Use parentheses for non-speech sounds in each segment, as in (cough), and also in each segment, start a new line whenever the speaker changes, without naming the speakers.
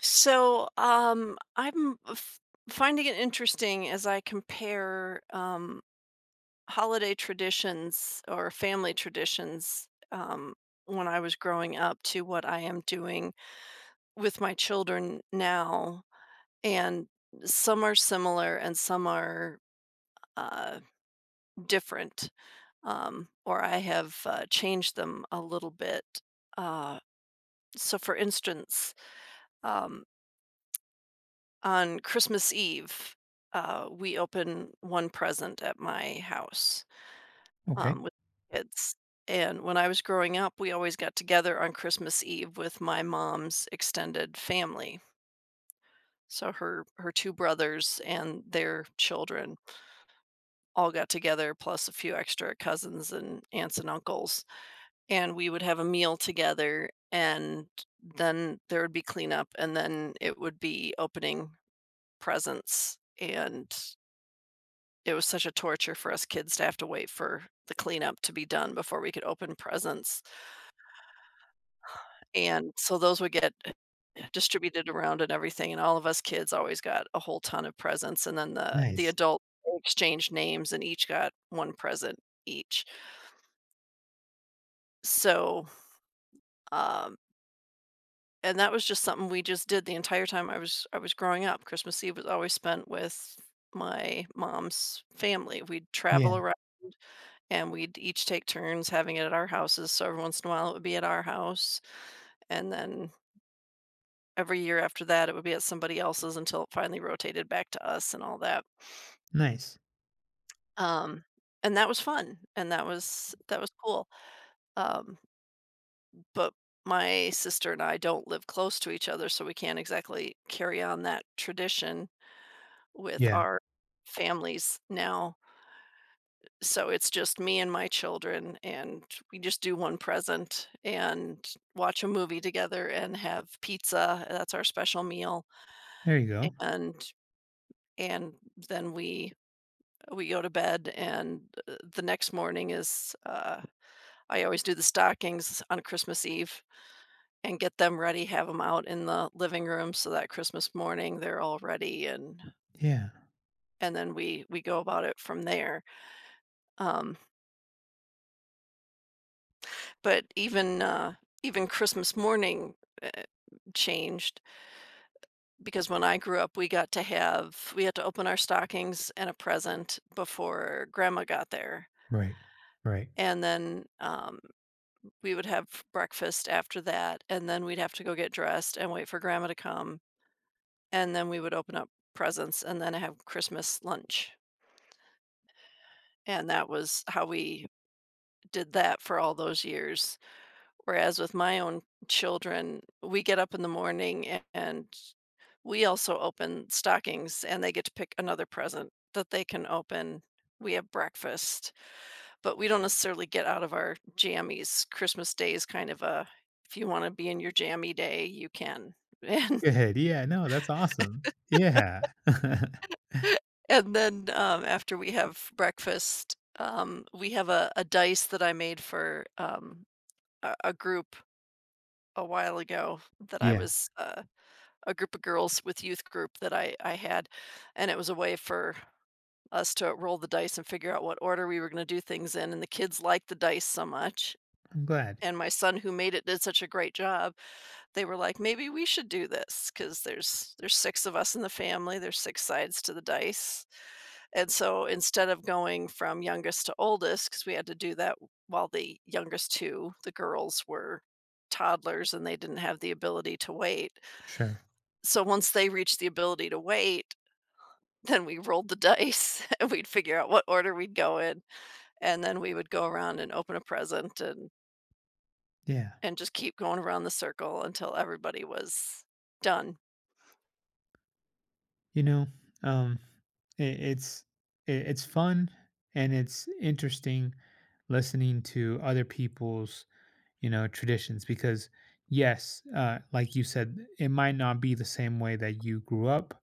So, I'm finding it interesting as I compare holiday traditions or family traditions when I was growing up to what I am doing with my children now. And some are similar and some are uh, different, or I have changed them a little bit. Uh, so, for instance, um, on Christmas Eve, we open one present at my house,
Okay,
with kids, and when I was growing up, we always got together on Christmas Eve with my mom's extended family. So her 2 brothers and their children all got together, plus a few extra cousins and aunts and uncles, and we would have a meal together, and then there would be cleanup, and then it would be opening presents, and it was such a torture for us kids to have to wait for the cleanup to be done before we could open presents, and so those would get (sighs) distributed around and everything, and all of us kids always got a whole ton of presents, and then the
nice.
adult exchanged names and each got 1 present each. So, um and that was just something we just did the entire time I was growing up. Christmas Eve was always spent with my mom's family. We'd travel
Yeah,
around, and we'd each take turns having it at our houses. So every once in a while, it would be at our house, and then every year after that, it would be at somebody else's until it finally rotated back to us and all that.
nice.
Um, and that was fun, and that was cool. Um, but my sister and I don't live close to each other, so we can't exactly carry on that tradition with
Yeah,
our families now. So it's just me and my children, and we just do one present and watch a movie together and have pizza. That's our special meal,
there you go.
and and then we go to bed. And the next morning is I always do the stockings on Christmas Eve and get them ready, have them out in the living room so that Christmas morning they're all ready, and
Yeah.
and then we go about it from there. Um, But even, even Christmas morning, eh, changed, because when I grew up, we had to open our stockings and a present before grandma got there,
Right, right.
and then, we would have breakfast after that, and then we'd have to go get dressed and wait for grandma to come, and then we would open up presents and then have Christmas lunch, and that was how we did that for all those years. Whereas with my own children, we get up in the morning and we also open stockings, and they get to pick another present that they can open. We have breakfast, but we don't necessarily get out of our jammies. Christmas Day is kind of a, if you wanna be in your jammy day, you can. (laughs)
Good, yeah, no, that's awesome. Yeah. (laughs)
And then, after we have breakfast, we have a dice that I made for, a group a while ago that I
Yeah,
was, a group of girls with youth group that I had, and it was a way for us to roll the dice and figure out what order we were going to do things in. And the kids liked the dice so much.
I'm glad.
And my son, who made it, did such a great job. They were like, maybe we should do this because there's six of us in the family. There's six sides to the dice, and so instead of going from youngest to oldest, because we had to do that while the youngest two, the girls, were toddlers and they didn't have the ability to wait.
Sure.
So once they reached the ability to wait, then we rolled the dice, (laughs) and we'd figure out what order we'd go in, and then we would go around and open a present, and
Yeah,
and just keep going around the circle until everybody was done.
you know, um, I it's I it's fun and it's interesting listening to other people's, you know, traditions because, yes, like you said, it might not be the same way that you grew up.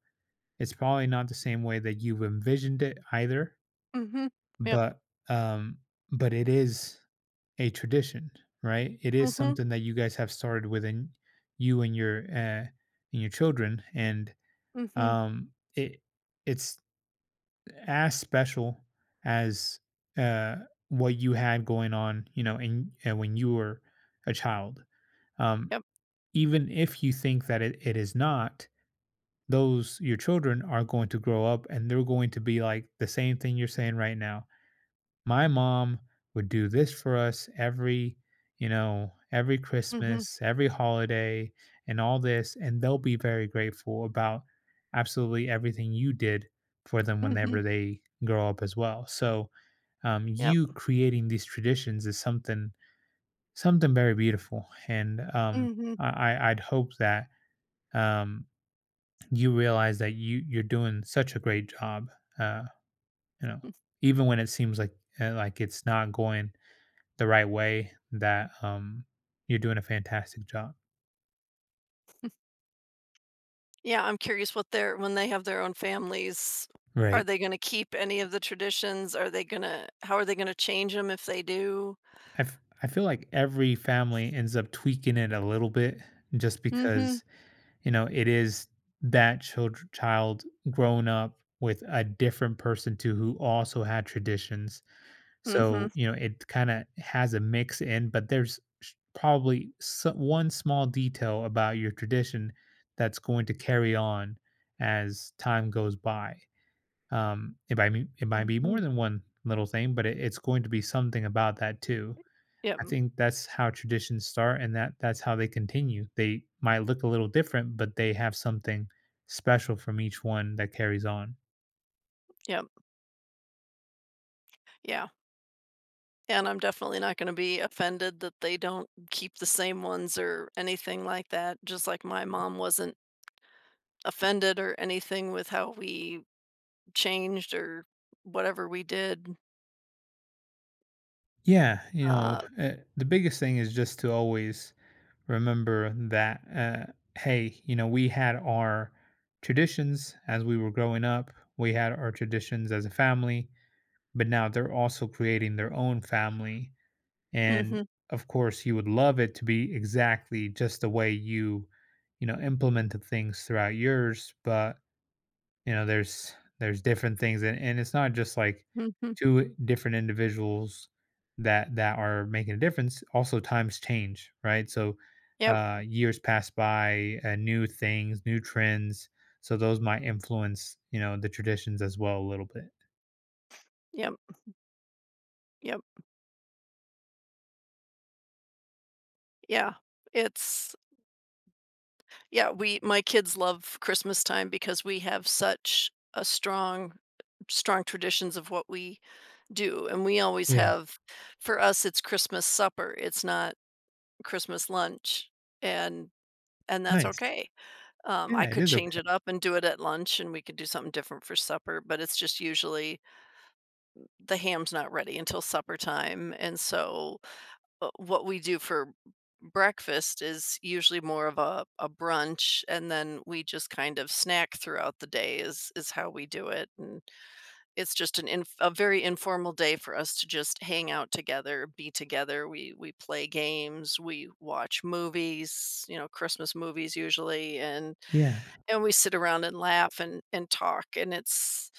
It's probably not the same way that you've envisioned it either.
Mhm. Yep.
But, um, but it is a tradition, right? It is
Mhm.
something that you guys have started within you and your children. And,
Mhm.
um, it, it's as special as, uh, what you had going on, you know, and when you were a child. Um,
Yep.
Even if you think that it is not, those your children are going to grow up and they're going to be like the same thing you're saying right now. My mom would do this for us every, you know, every
Mhm.
Christmas, every holiday and all this, and they'll be very grateful about absolutely everything you did for them
Mhm.
whenever they grow up as well. So,
Yep.
you creating these traditions is something, something very beautiful. And
Mhm.
I'd hope that um, you realize that you're doing such a great job. uh, you know, even when it seems like it's not going the right way, that you're doing a fantastic job.
Yeah, I'm curious what their when they have their own families, are
Right.
they gonna keep any of the traditions? Are they gonna How are they gonna change them if they do?
I feel like every family ends up tweaking it a little bit just
Mhm.
because, you know, it is that child grown up with a different person too who also had traditions.
Mhm.
So, you know, it kind of has a mix in, but there's probably one small detail about your tradition that's going to carry on as time goes by. It might be, it might be more
Mhm.
than one little thing, but it's going to be something about that too.
Yep.
I think that's how traditions start, and that's how they continue. They might look a little different, but they have something special from each one that carries on.
Yep. Yeah. And I'm definitely not gonna be offended that they don't keep the same ones or anything like that, just like my mom wasn't offended or anything with how we changed or whatever we did.
Yeah, you know,
Uh,
the biggest thing is just to always remember that, hey, you know, we had our traditions as we were growing up, we had our traditions as a family, but now they're also creating their own family. And
mhm,
of course you would love it to be exactly just the way you, you know, implemented things throughout yours. But you know there's different things, and it's not just like
mhm.
two different individuals that are making a difference. Also times change, right? So
Yep,
years pass by. New things, new trends, so those might influence, you know, the traditions as well a little bit.
yep, yep, yeah. It's Yeah, we my kids love Christmas time because we have such a strong traditions of what we do, and we always
Yeah,
have. For us, it's Christmas supper, it's not Christmas lunch, and and that's
nice.
okay. I
Yeah, it
could
is okay.
change it up and do it at lunch, and we could do something different for supper, but it's just usually the ham's not ready until supper time, and so, what we do for breakfast is usually more of a brunch, and then we just kind of snack throughout the day is how we do it, and it's just an inf a very informal day for us to just hang out together, be together. We play games, we watch movies, Christmas movies usually, and
Yeah.
and we sit around and laugh and talk, and it's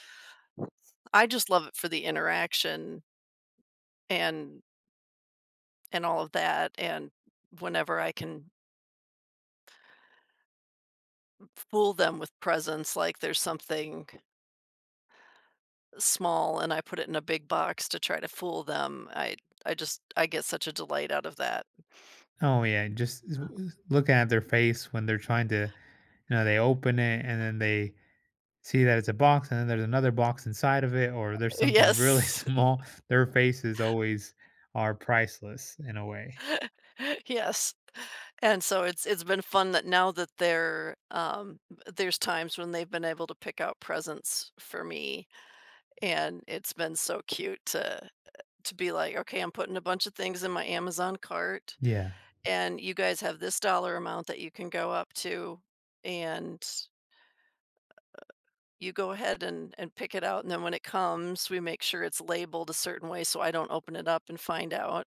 I just love it for the interaction and and all of that, and whenever I can fool them with presents, like there's something small and I put it in a big box to try to fool them, I get such a delight out of that.
Oh yeah, just looking at their face when they're trying to, you know, they open it and then they see that it's a box and then there's another box inside of it, or there's
(laughs)
something really (laughs)
Yes.
small. Their faces always are priceless in a way.
(laughs) Yes. And so it's been fun that now that they're there's times when they've been able to pick out presents for me, and it's been so cute to be like, okay, I'm putting a bunch of things in my Amazon cart,
Yeah.
and you guys have this dollar amount that you can go up to, and you go ahead and pick it out, and then when it comes, we make sure it's labeled a certain way so I don't open it up and find out.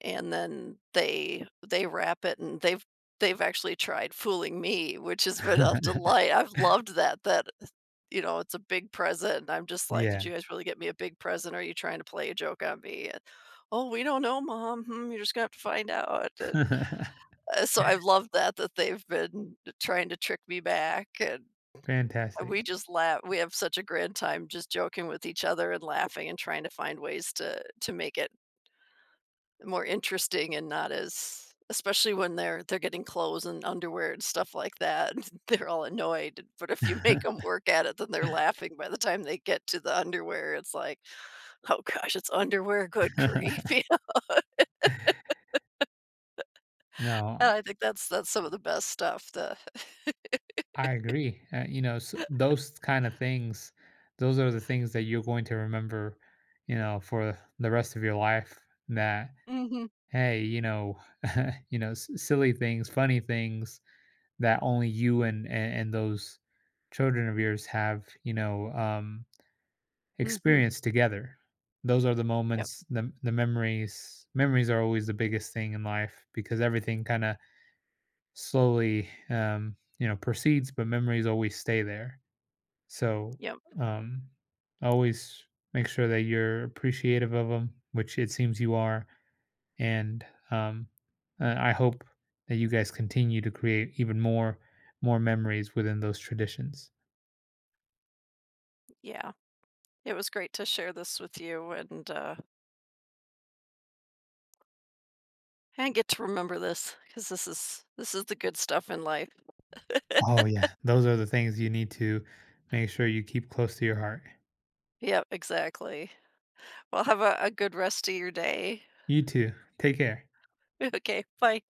And then they wrap it, and they've actually tried fooling me, which has been a
(laughs)
delight. I've loved that, you know, it's a big present, and I'm just like, "Did
Yeah.
you guys really get me a big present? Or are you trying to play a joke on me?" And, "Oh, we don't know, mom. Hmm, you're just gonna have to find out." And,
(laughs)
so I've loved that they've been trying to trick me back, and we
Fantastic.
just laugh. We have such a grand time just joking with each other and laughing and trying to find ways to make it more interesting and not as, especially when they're getting clothes and underwear and stuff like that, (laughs) they're all annoyed, but if you make them
(laughs)
work at it, then they're laughing by the time they get to the underwear, it's like, "Oh gosh, it's underwear, good grief." (laughs)
No,
Yeah, I think that's some of the best stuff, the.
I agree. You know, s those kind of things, those are the things that you're going to remember, you know, for the rest of your life. That
Mhm,
hey, you know, (laughs) you know, silly things, funny things that only you and, and those children of yours have, you know,
mhm.
experienced together. Those are the
Yep,
moments, the memories. Memories are always the biggest thing in life because everything kind of slowly, you know, proceeds, but memories always stay there. So,
yep,
um, always make sure that you're appreciative of them, which it seems you are. And um, I hope that you guys continue to create even more, more memories within those traditions.
yeah. It was great to share this with you, and get to remember this, because this is the good stuff in life.
Oh yeah, those are the things you need to make sure you keep close to your heart.
Yep, exactly. Well, have a good rest of your day.
You too. Take care.
(laughs) Okay, bye.